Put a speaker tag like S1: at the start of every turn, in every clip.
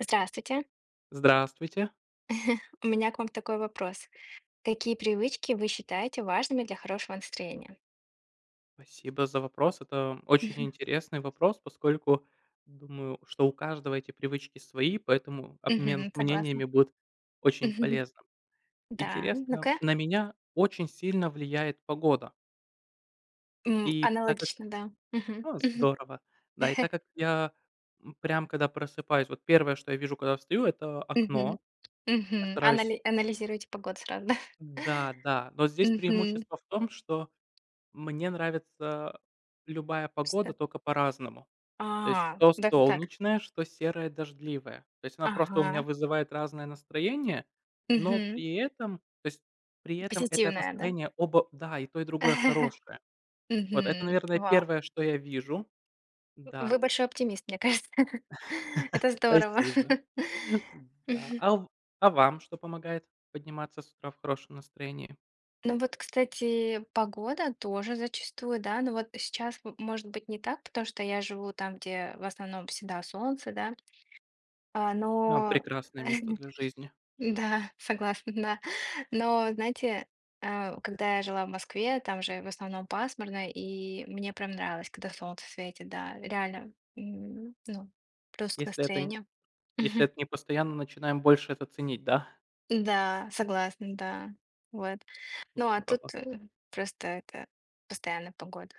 S1: Здравствуйте.
S2: Здравствуйте.
S1: У меня к вам такой вопрос. Какие привычки вы считаете важными для хорошего настроения?
S2: Спасибо за вопрос. Это очень
S1: Мгм.
S2: интересный вопрос, поскольку думаю, что у каждого эти привычки свои, поэтому обмен
S1: Мгм. Согласна.
S2: мнениями будет очень
S1: Мгм.
S2: полезным.
S1: Да,
S2: Интересно,
S1: ну-ка.
S2: на меня очень сильно влияет погода. И так как
S1: Аналогично, да. Мгм.
S2: А,
S1: Мгм.
S2: здорово. Да, и так как я, прям когда просыпаюсь, вот первое, что я вижу, когда встаю, это окно.
S1: Мгм.
S2: Я
S1: Мгм.
S2: стараюсь.
S1: Анализируйте погоду сразу, да?
S2: Да, да. Но здесь
S1: Мгм.
S2: преимущество в том, что мне нравится любая
S1: Что?
S2: погода, только по-разному. То есть
S1: А,
S2: что
S1: даже так.
S2: солнечное, что серое, дождливое. То есть она просто у меня
S1: Ага.
S2: вызывает разное настроение, но
S1: Мгм.
S2: при этом, то есть при этом это
S1: Позитивная, да?
S2: настроение оба да, и то, и другое хорошее. Вот это,
S1: Мгм.
S2: наверное,
S1: Вау.
S2: первое, что я вижу.
S1: Вы
S2: Да.
S1: большой оптимист, мне кажется. Это здорово.
S2: Спасибо. Да.
S1: Мгм.
S2: А в а вам что помогает подниматься с утра в хорошем настроении?
S1: Ну вот, кстати, погода тоже зачастую, да, но вот сейчас, может быть, не так, потому что я живу там, где в основном всегда солнце, да,
S2: Ну, а,
S1: но
S2: прекрасное место для жизни.
S1: да, согласна, да. Но, знаете, когда я жила в Москве, там же в основном пасмурно, и мне прям нравилось, когда солнце светит, да, реально, ну, плюс к
S2: Если это н
S1: настроению.
S2: Если это не постоянно, начинаем больше это ценить, да?
S1: Да, согласна, да, вот. Ну, а
S2: Здорово.
S1: тут, просто это постоянная погода.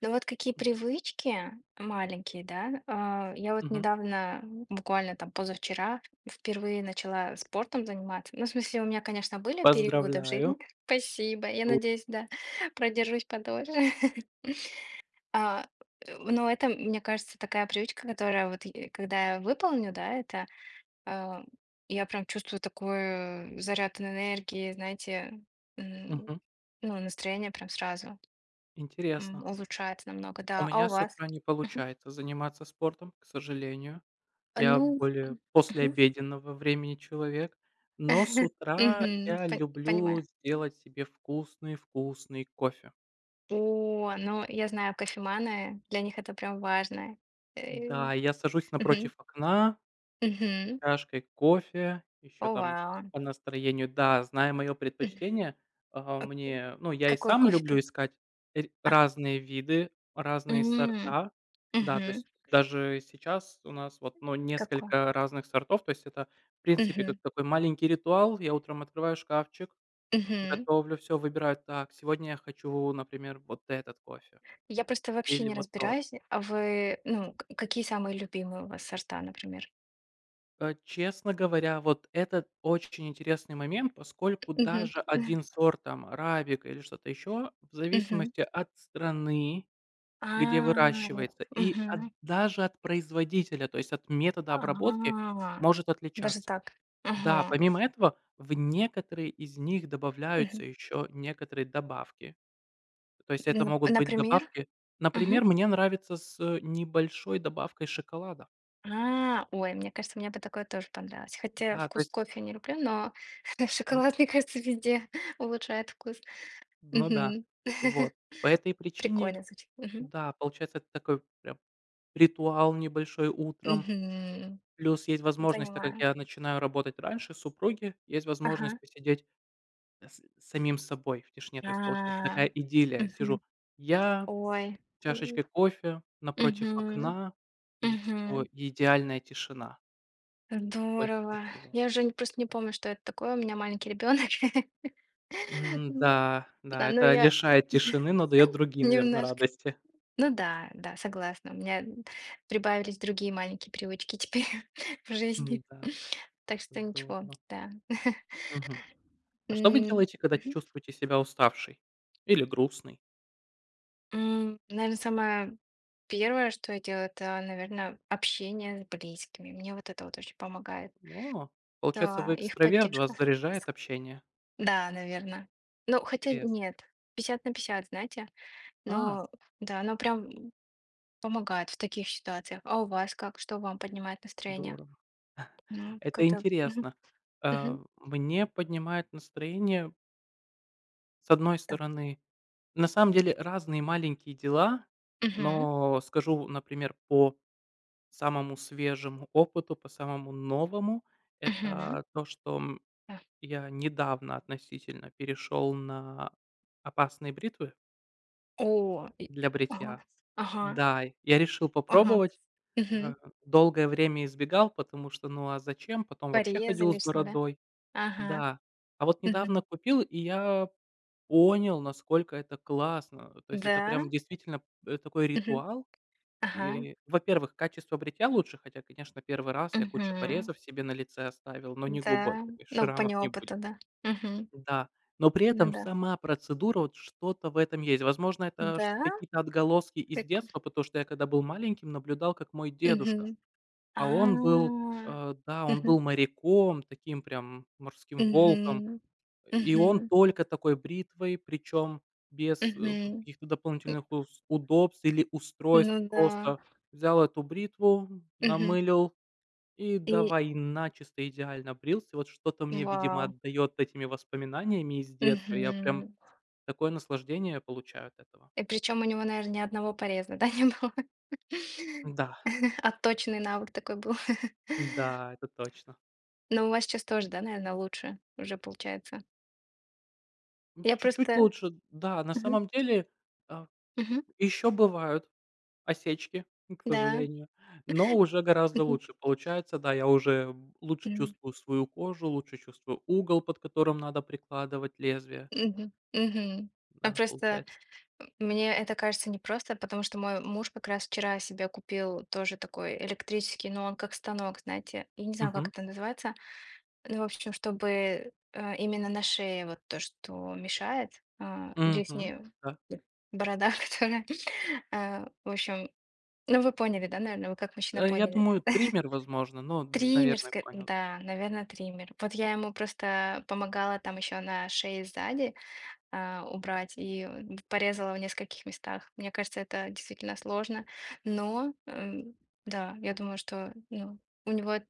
S1: Но вот какие
S2: Мгм.
S1: привычки маленькие, да, я вот недавно, буквально там позавчера, впервые начала спортом заниматься. Ну, в смысле, у меня, конечно, были периоды в жизни.
S2: Поздравляю.
S1: Спасибо, я надеюсь, да, продержусь подольше. А, но это, мне кажется, такая привычка, которая вот, е когда я выполню, да, это Э, я прям чувствую такой заряд энергии, знаете, м,
S2: Мгм.
S1: ну, настроение прям сразу,
S2: Интересно.
S1: улучшается намного,
S2: У
S1: да. А
S2: меня
S1: у
S2: с
S1: вас?
S2: утра не
S1: Мгм.
S2: получается заниматься спортом, к сожалению. Я
S1: Ну,
S2: более
S1: мгм.
S2: послеобеденного времени человек. Но с утра
S1: Мгм.
S2: я
S1: Понимаю.
S2: люблю сделать себе вкусный-вкусный кофе.
S1: О, ну, я знаю, кофеманы, для них это прям важно. Э,
S2: Да, я сажусь
S1: мгм,
S2: напротив окна,
S1: мгм.
S2: чашкой кофе, еще
S1: О,
S2: там
S1: вау.
S2: по настроению. Да, зная мое
S1: Мгм.
S2: предпочтение, а,
S1: А
S2: мне ну, я и
S1: какой
S2: сам
S1: кофе
S2: люблю
S1: пить?
S2: искать р
S1: А,
S2: разные виды, разные
S1: м,
S2: сорта. Да, то
S1: мгм.
S2: есть даже сейчас у нас вот, ну,
S1: Какой?
S2: несколько разных сортов. То есть это, в принципе, как
S1: Мгм,
S2: такой маленький ритуал. Я утром открываю шкафчик,
S1: мгм.
S2: готовлю все, выбираю: «Так, сегодня я хочу, например, вот этот кофе
S1: Я просто вообще
S2: или
S1: не
S2: вот тот».
S1: разбираюсь, а вы, ну, к какие самые любимые у вас сорта, например?
S2: Э, честно говоря, вот это очень интересный момент, поскольку
S1: Мгм.
S2: даже один сорт, там, арабика или что-то еще, в
S1: Мгм.
S2: зависимости от страны,
S1: А,
S2: где
S1: я
S2: выращивается, и от
S1: мгм.
S2: даже от производителя, то есть от метода обработки,
S1: А,
S2: может
S1: даже
S2: отличаться.
S1: так.
S2: Да,
S1: Ага.
S2: помимо этого, в некоторые из них добавляются
S1: Мгм.
S2: еще некоторые добавки. То есть это могут быть
S1: Например?
S2: добавки
S1: Мгм.
S2: например, мне нравится с небольшой добавкой шоколада.
S1: А, ой, мне кажется, мне бы такое тоже понравилось. Хотя
S2: Да, то
S1: вкус
S2: есть
S1: кофе не люблю, но шоколад, мне кажется, везде улучшает вкус.
S2: ну да.
S1: Мгм.
S2: Вот. По этой причине,
S1: Прикольно звучит. Мгм.
S2: да, получается, это такой прям ритуал небольшой утром.
S1: Мгм.
S2: Плюс есть возможность, так как
S1: Понимаю.
S2: я начинаю работать раньше супруги, есть возможность
S1: Ага.
S2: посидеть с самим собой в тишине. То есть получается
S1: А.
S2: такая идиллия. Сижу
S1: Мгм.
S2: я,
S1: Ой. М.
S2: чашечкой кофе, напротив
S1: Мгм.
S2: окна, и все
S1: Мгм.
S2: идеальная тишина. Больше
S1: Здорово.
S2: ничего.
S1: Я уже не просто не
S2: Да.
S1: помню, что это такое. У меня маленький ребенок.
S2: М,
S1: М,
S2: да,
S1: да,
S2: да,
S1: ну
S2: это
S1: я
S2: лишает тишины, но дает другие, наверное,
S1: немножко.
S2: радости.
S1: Ну да, да, согласна. У меня прибавились другие маленькие привычки теперь в жизни.
S2: М-да,
S1: Так что ничего,
S2: здорово.
S1: да.
S2: Мгм. А что вы
S1: Наверное,
S2: делаете, когда чувствуете себя уставшей или грустной?
S1: самое первое, что я делаю, это, наверное, общение с близкими. Мне вот это вот очень помогает.
S2: О, получается,
S1: Да,
S2: вы
S1: их
S2: экстраверт, вас
S1: поддержка.
S2: заряжает общение.
S1: Да, наверное. Ну, хотя
S2: Интересно.
S1: нет, 50 на 50, знаете.
S2: А,
S1: Но да, оно прям, помогает в таких ситуациях. А у вас как? Что вам поднимает настроение?
S2: здорово.
S1: Ну,
S2: Это
S1: как-то мгм,
S2: интересно.
S1: мгм,
S2: Мне поднимает настроение, с одной
S1: да.
S2: стороны, на самом деле разные маленькие дела,
S1: Мгм,
S2: но скажу, например, по самому свежему опыту, по самому новому,
S1: мгм,
S2: это то, что
S1: да.
S2: я недавно относительно перешел на опасные бритвы.
S1: О, и
S2: Для
S1: ага,
S2: бритья.
S1: ага,
S2: Да, я решил
S1: ага,
S2: попробовать. Э,
S1: мгм.
S2: Долгое время избегал, потому что, ну, а зачем? Потом вообще
S1: Порезы
S2: ходил с
S1: лишние, да?
S2: бородой.
S1: Ага,
S2: Да. А вот
S1: мгм.
S2: недавно купил, и я понял, насколько это классно. То есть это
S1: Да,
S2: прям действительно, такой
S1: мгм,
S2: ритуал.
S1: ага,
S2: И, во-первых, качество бритья лучше, хотя, конечно, первый раз я кучу
S1: мгм,
S2: порезов себе на лице оставил, но не
S1: да.
S2: глубоких, и
S1: Ну, по
S2: шрамов не будет.
S1: неопыту, да. Мгм,
S2: Да, но при
S1: ну
S2: этом
S1: да.
S2: сама процедура, вот что-то в этом есть. Возможно, это чт
S1: Да,
S2: какие-то отголоски из
S1: прикольно.
S2: детства, потому что я, когда был маленьким, наблюдал, как мой дедушка,
S1: Мгм. А.
S2: а он был, э, да, он
S1: Мгм.
S2: был моряком, таким прям морским волком,
S1: Мгм.
S2: и он
S1: Мгм.
S2: только такой бритвой, причем без,
S1: Мгм.
S2: каких-то
S1: М,
S2: дополнительных ус удобств или устройств.
S1: ну да.
S2: Просто взял эту бритву,
S1: Мгм.
S2: намылил и
S1: И
S2: давай начисто идеально брился. Вот что-то мне, видимо,
S1: вау.
S2: отдает этими воспоминаниями из детства. Я прям
S1: Мгм.
S2: такое наслаждение получаю от этого.
S1: И причем у него, наверное, ни одного пореза, да, не было?
S2: Да,
S1: Отточенный навык такой был.
S2: да, это точно.
S1: Но у вас сейчас тоже, да, наверное, лучше уже получается? Я
S2: Чуть-чуть
S1: просто.
S2: лучше. Да, на
S1: Мгм.
S2: самом деле а,
S1: Мгм.
S2: еще бывают осечки, к
S1: Да.
S2: сожалению, но уже гораздо
S1: Мгм.
S2: лучше получается. Да, я уже лучше
S1: М.
S2: чувствую свою кожу, лучше чувствую угол, под которым надо прикладывать лезвие.
S1: Мгм. Мгм. А
S2: Да,
S1: просто
S2: получается.
S1: мне это кажется непросто, потому что мой муж как раз вчера себе купил тоже такой электрический, но он как станок, знаете. Я не знаю, как
S2: Угу,
S1: это называется. Ну, в общем, чтобы именно на шее вот то, что мешает,
S2: угу.
S1: лишняя борода, которая... В общем, ну вы поняли, да, наверное, вы как мужчина
S2: Я
S1: поняли.
S2: думаю, триммер, возможно, но,
S1: Триммер,
S2: наверное, понял.
S1: да, наверное, триммер. Вот я ему просто помогала там еще на шее сзади, убрать, и порезала в нескольких местах. Мне кажется, это действительно сложно, но эм, да, я думаю, что ну, у него эт-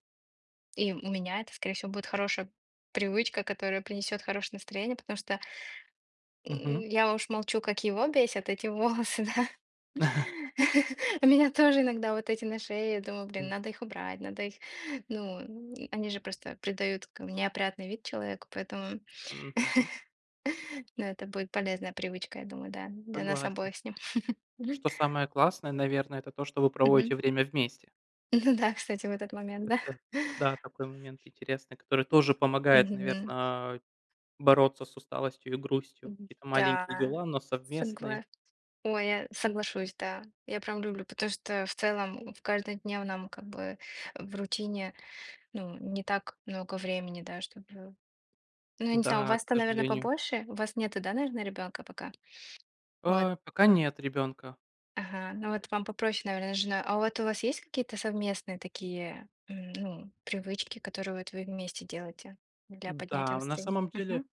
S1: и у меня это, скорее всего, будет хорошая привычка, которая принесет хорошее настроение, потому что
S2: Мгм.
S1: я уж молчу, как его бесят эти волосы, да. Меня тоже иногда вот эти на шее, я думаю, блин,
S2: Д
S1: надо их убрать, надо их, они же просто придают неопрятный вид человеку, поэтому
S2: Мгм.
S1: ну, это будет полезная привычка, я думаю, да, для нас
S2: Согласен.
S1: обоих с ним.
S2: Что самое классное, наверное, это то, что вы
S1: Мгм.
S2: проводите время вместе.
S1: Ну да, кстати, в этот момент, да.
S2: Это, да, такой момент интересный, который тоже помогает,
S1: Мгм.
S2: наверное, бороться с усталостью и грустью. Какие-то маленькие
S1: Да.
S2: дела, но совместные.
S1: Согла Ой, я соглашусь, да. Я прям люблю, потому что в целом в каждодневном, как бы, в рутине, ну, не так много времени, да, чтобы. Ну, я не знаю, у
S2: Да, к
S1: вас-то, наверное,
S2: сожалению.
S1: побольше? У вас нету, да, наверное, ребенка пока? Вот.
S2: А, пока нет ребенка.
S1: Ага. Ну, вот вам попроще, наверное, с женой. А вот у вас есть какие-то совместные такие, ну, привычки, которые вот вы вместе делаете для поднятия
S2: Да, на
S1: настроения?
S2: самом деле,
S1: Мгм.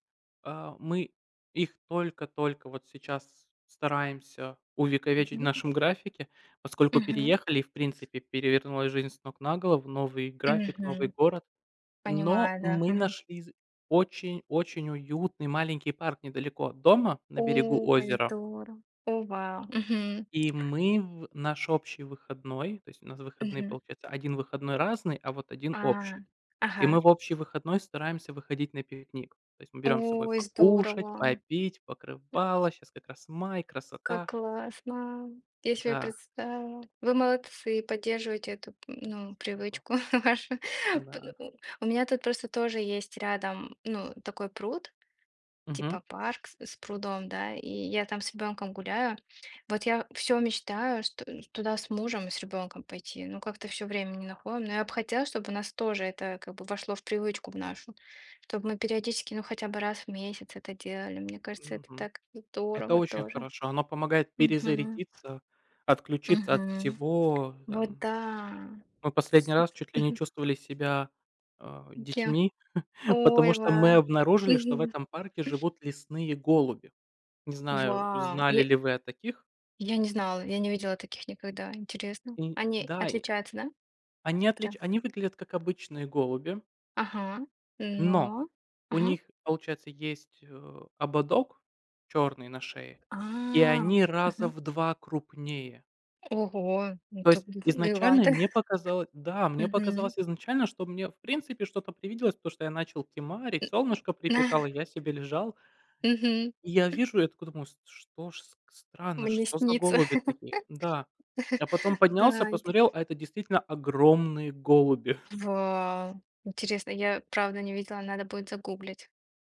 S2: мы их только-только вот сейчас стараемся увековечить в
S1: Мгм.
S2: нашем графике, поскольку
S1: Мгм.
S2: переехали и, в принципе, перевернулась жизнь с ног на голову, новый график, новый
S1: Мгм.
S2: город. Но
S1: Понимаю, да.
S2: мы
S1: Мгм.
S2: нашли з очень-очень уютный маленький парк недалеко от дома, на берегу
S1: Ой,
S2: озера.
S1: здорово. О, вау. Мгм.
S2: И мы в наш общий выходной, то есть у нас выходные,
S1: Мгм.
S2: получается, один выходной разный, а вот один
S1: А,
S2: общий. И
S1: ага.
S2: мы в общий выходной стараемся выходить на пикник. То есть мы берем с собой
S1: Ой,
S2: покушать,
S1: здорово.
S2: попить, покрывало. Сейчас как раз май,
S1: Как
S2: красота.
S1: классно. Я себе
S2: Да,
S1: представила. Вы молодцы, поддерживаете эту, ну,
S2: спасибо.
S1: привычку вашу. П-
S2: Да.
S1: У у меня тут просто тоже есть рядом, ну, такой пруд,
S2: Мгм.
S1: типа парк с прудом, да, и я там с ребенком гуляю. Вот я все мечтаю, что туда с мужем и с ребенком пойти, ну как-то все время не находим. Но я бы хотела, чтобы у нас тоже это как бы вошло в привычку в нашу, чтобы мы периодически, ну, хотя бы раз в месяц это делали. Мне кажется, это
S2: Мгм.
S1: так
S2: Это
S1: здорово
S2: очень
S1: тоже.
S2: хорошо. Оно помогает
S1: Мгм.
S2: перезарядиться, отключиться от
S1: Мгм.
S2: всего,
S1: Вот
S2: там.
S1: да.
S2: Мы последний раз чуть ли не
S1: Мгм.
S2: чувствовали себя,
S1: Я.
S2: детьми,
S1: Ой,
S2: потому что
S1: ва.
S2: мы обнаружили, что в
S1: Мгм.
S2: этом парке живут лесные голуби. Не знаю,
S1: Вау.
S2: знали ли вы о таких?
S1: Я не знала, я не видела таких никогда. Интересно.
S2: И
S1: Они
S2: да,
S1: отличаются, да? Прям.
S2: Они выглядят как обычные голуби,
S1: Ага.
S2: но
S1: Но.
S2: у
S1: Ага.
S2: них, получается, есть, ободок черный на шее, и
S1: А.
S2: они раза
S1: Ага.
S2: в 2 крупнее.
S1: Ого. Ну
S2: То
S1: Тут
S2: есть изначально
S1: гиганты.
S2: мне показалось, да, мне
S1: Мгм.
S2: показалось изначально, что мне, в принципе, что-то привиделось, потому что я начал кемарить, солнышко
S1: Да,
S2: припекало, я себе лежал,
S1: мгм.
S2: и я вижу, я такой думаю: "С Что ж с странно,
S1: Мне
S2: что за
S1: снится.
S2: голуби такие?» Да. А потом поднялся,
S1: Да.
S2: посмотрел, а это действительно огромные голуби.
S1: Вау. Интересно. Я правда не видела. Надо будет загуглить.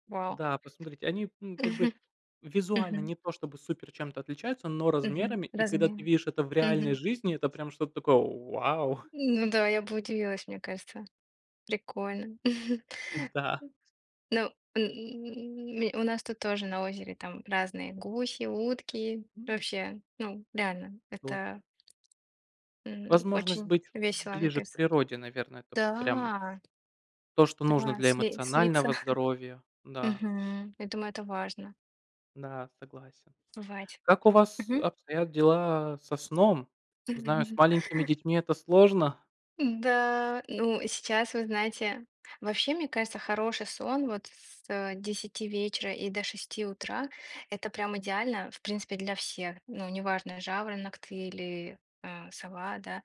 S1: Вау.
S2: Да, посмотрите, они, как бы
S1: Мгм.
S2: визуально
S1: Мгм.
S2: не то чтобы супер чем-то отличаются, но
S1: Мгм.
S2: размерами, и когда ты
S1: Размер.
S2: видишь это в реальной
S1: Мгм.
S2: жизни, это прям что-то такое: «Вау!»
S1: Ну да, я бы удивилась, мне кажется. Прикольно.
S2: Да.
S1: Ну, у нас тут тоже на озере там разные гуси, утки.
S2: М,
S1: Вообще, ну, реально,
S2: супер.
S1: это
S2: Возможность
S1: очень
S2: быть
S1: весело, мне
S2: ближе к
S1: кажется.
S2: природе, наверное, это прям
S1: Да,
S2: то, что нужно
S1: да,
S2: для
S1: слиться.
S2: эмоционального здоровья. Да,
S1: Мгм. Я думаю, это важно.
S2: да, согласен.
S1: Бывать.
S2: Как у вас
S1: Мгм.
S2: обстоят дела со сном? Знаю, с маленькими детьми это сложно.
S1: Да, ну, сейчас, вы знаете, вообще, мне кажется, хороший сон вот с 10 вечера и до 6 утра, это прям идеально, в принципе, для всех. Ну, неважно, жаворонок ты или сова, да.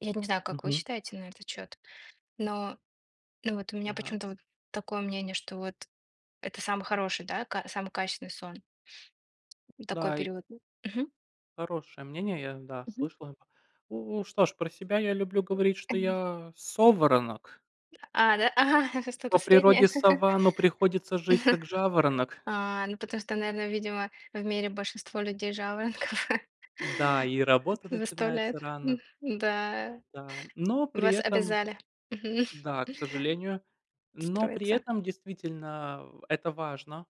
S1: Я не знаю, как вы
S2: Мгм.
S1: считаете на этот счет, но, ну, вот у меня
S2: Да.
S1: почему-то вот такое мнение, что вот это самый хороший, да, ка самый качественный сон, такой
S2: Да,
S1: период. Мгм,
S2: хорошее мнение, я, да,
S1: мгм.
S2: слышал его. Ну, что ж, про себя я люблю говорить, что
S1: Мгм.
S2: я соворонок.
S1: А, да? Ага,
S2: По
S1: что-то среднее.
S2: природе сова, но приходится жить как жаворонок.
S1: А, ну, потому что, наверное, видимо, в мире большинство людей жаворонков
S2: Да, и работа начинается
S1: заставляет.
S2: рано,
S1: Да,
S2: да. Но при
S1: вас
S2: этом,
S1: обязали, мгм,
S2: да, к сожалению, но при
S1: строиться.
S2: этом действительно в это важно.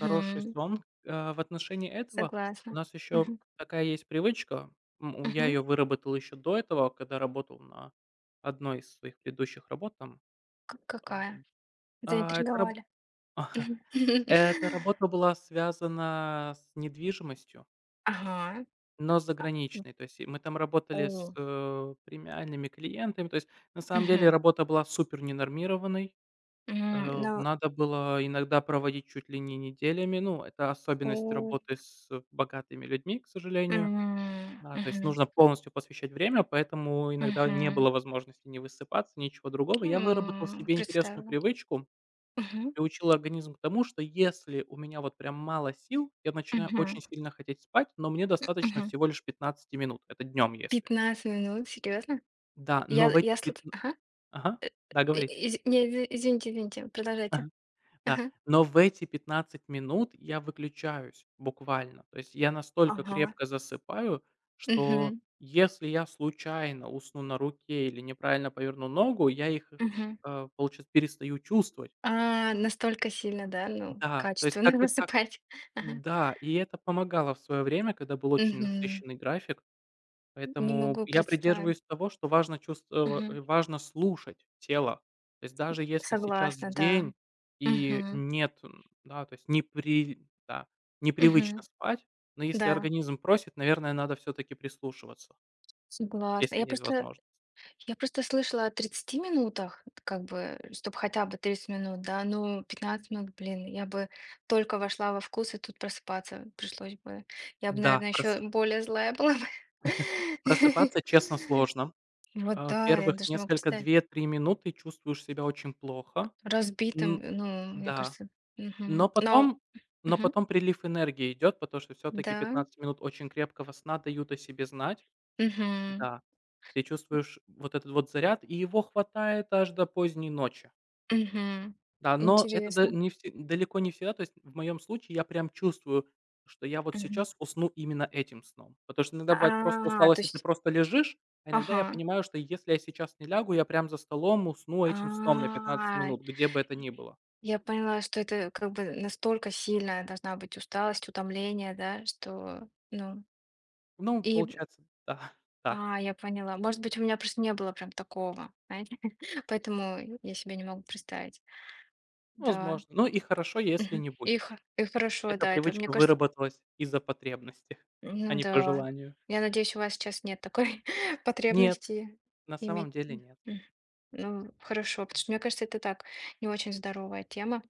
S2: Хороший сон. В отношении этого у
S1: согласна.
S2: нас еще
S1: Мгм,
S2: такая есть привычка. М, у я
S1: мгм.
S2: ее выработал еще до этого, когда работал на одной из своих предыдущих работ там,
S1: Как
S2: а
S1: какая?
S2: А, эта раб
S1: Заинтриговали. Мгм.
S2: Эта работа была связана с недвижимостью,
S1: Ага.
S2: но
S1: А.
S2: заграничной. То есть и мы там работали с,
S1: О,
S2: премиальными клиентами. То есть на самом деле
S1: мгм.
S2: работа была супер ненормированной.
S1: М, но
S2: Надо было иногда проводить чуть ли не неделями. Ну, это особенность
S1: у
S2: работы с богатыми людьми, к сожалению.
S1: М,
S2: Да, то есть
S1: мгм,
S2: нужно полностью посвящать время, поэтому иногда не
S1: мгм.
S2: было возможности ни высыпаться, ничего другого. Я выработал себе интересную
S1: Представила.
S2: привычку,
S1: Мгм,
S2: приучила организм к тому, что если у меня вот прям мало сил, я начинаю очень
S1: мгм,
S2: сильно хотеть спать, но мне достаточно
S1: мгм.
S2: всего лишь 15 минут. Это днем если.
S1: 15 минут, серьезно?
S2: Да, но в эти
S1: Я сл
S2: пятн
S1: Ага.
S2: Ага, да,
S1: И
S2: говорите.
S1: из не, изви извините, извините, продолжайте.
S2: Ага, да.
S1: Ага.
S2: Но в эти 15 минут я выключаюсь буквально. То есть я настолько
S1: Ага.
S2: крепко засыпаю, что
S1: Мгм,
S2: если я случайно усну на руке или неправильно поверну ногу, я их,
S1: мгм.
S2: получается, перестаю чувствовать.
S1: А, настолько сильно, да, ну,
S2: Да, то есть
S1: качественно
S2: как-то так.
S1: высыпать. Ага.
S2: Да, и это помогало в свое время, когда был очень
S1: Мгм.
S2: насыщенный график.
S1: Не
S2: Поэтому
S1: могу
S2: я
S1: представить.
S2: придерживаюсь того, что важно чувство
S1: Мгм.
S2: э, важно слушать тело. То есть даже если сейчас
S1: Согласна, да.
S2: день и
S1: Мгм,
S2: нет, м, да, то есть не при да, непривычно
S1: мгм.
S2: спать, но если
S1: Да,
S2: организм просит, наверное, надо все таки прислушиваться,
S1: согласна.
S2: если есть возможность.
S1: Я просто слышала о 30 минутах, как бы, чтобы хотя бы 30 минут, да, ну, 15 минут, блин, я бы только вошла во вкус, и тут просыпаться пришлось бы. Я бы,
S2: Да,
S1: наверное, еще более злая была бы.
S2: просыпаться, честно, сложно.
S1: Вот, да, я
S2: Первых
S1: даже не могу
S2: несколько
S1: представить.
S2: 2-3 минуты чувствуешь себя очень плохо.
S1: Разбитым,
S2: М,
S1: ну, мне
S2: да.
S1: кажется,
S2: Но
S1: мгм. Но,
S2: потом но
S1: мгм,
S2: потом прилив энергии идет, потому что все таки
S1: да,
S2: 15 минут очень крепкого сна дают о себе знать.
S1: мгм,
S2: Да, ты чувствуешь вот этот вот заряд, и его хватает аж до поздней ночи.
S1: мгм.
S2: Да, но это да
S1: Интересно.
S2: не вс далеко не всегда. То есть в моем случае я прям чувствую, что я вот
S1: Мгм.
S2: сейчас усну именно этим сном. Потому что иногда бывает просто
S1: А, то
S2: усталость, и ты
S1: есть,
S2: просто лежишь, а иногда я
S1: ага.
S2: понимаю, что если я сейчас не лягу, я прям за столом усну этим сном на 15
S1: А,
S2: минут, где бы это ни было.
S1: Я поняла, что это как бы настолько сильная должна быть усталость, утомление, да, что, ну,
S2: Ну,
S1: и,
S2: получается, да, так.
S1: я поняла. Может быть, у меня просто не было прям такого, знаете, поэтому я себе не могу представить. Да,
S2: Возможно. Ну и хорошо, если
S1: мгм.
S2: не будет.
S1: И хорошо,
S2: Эта
S1: да, это, мне
S2: привычка
S1: кажется,
S2: выработалась из-за потребности, а
S1: ну
S2: не по
S1: да.
S2: желанию.
S1: Я надеюсь, у вас сейчас нет такой
S2: Нет,
S1: потребности
S2: на
S1: иметь.
S2: самом деле нет.
S1: М. Ну, хорошо, потому что, мне кажется, это так, не очень здоровая тема.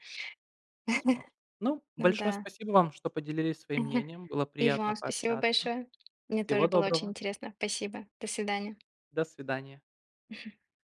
S2: Возможно. Ну,
S1: Ну
S2: большое
S1: да.
S2: спасибо вам, что поделились своим мнением. Было
S1: И
S2: приятно
S1: вам спасибо
S2: пообщаться.
S1: большое. Мне
S2: Всего
S1: тоже было очень
S2: доброго.
S1: интересно. Спасибо. До свидания.
S2: До свидания.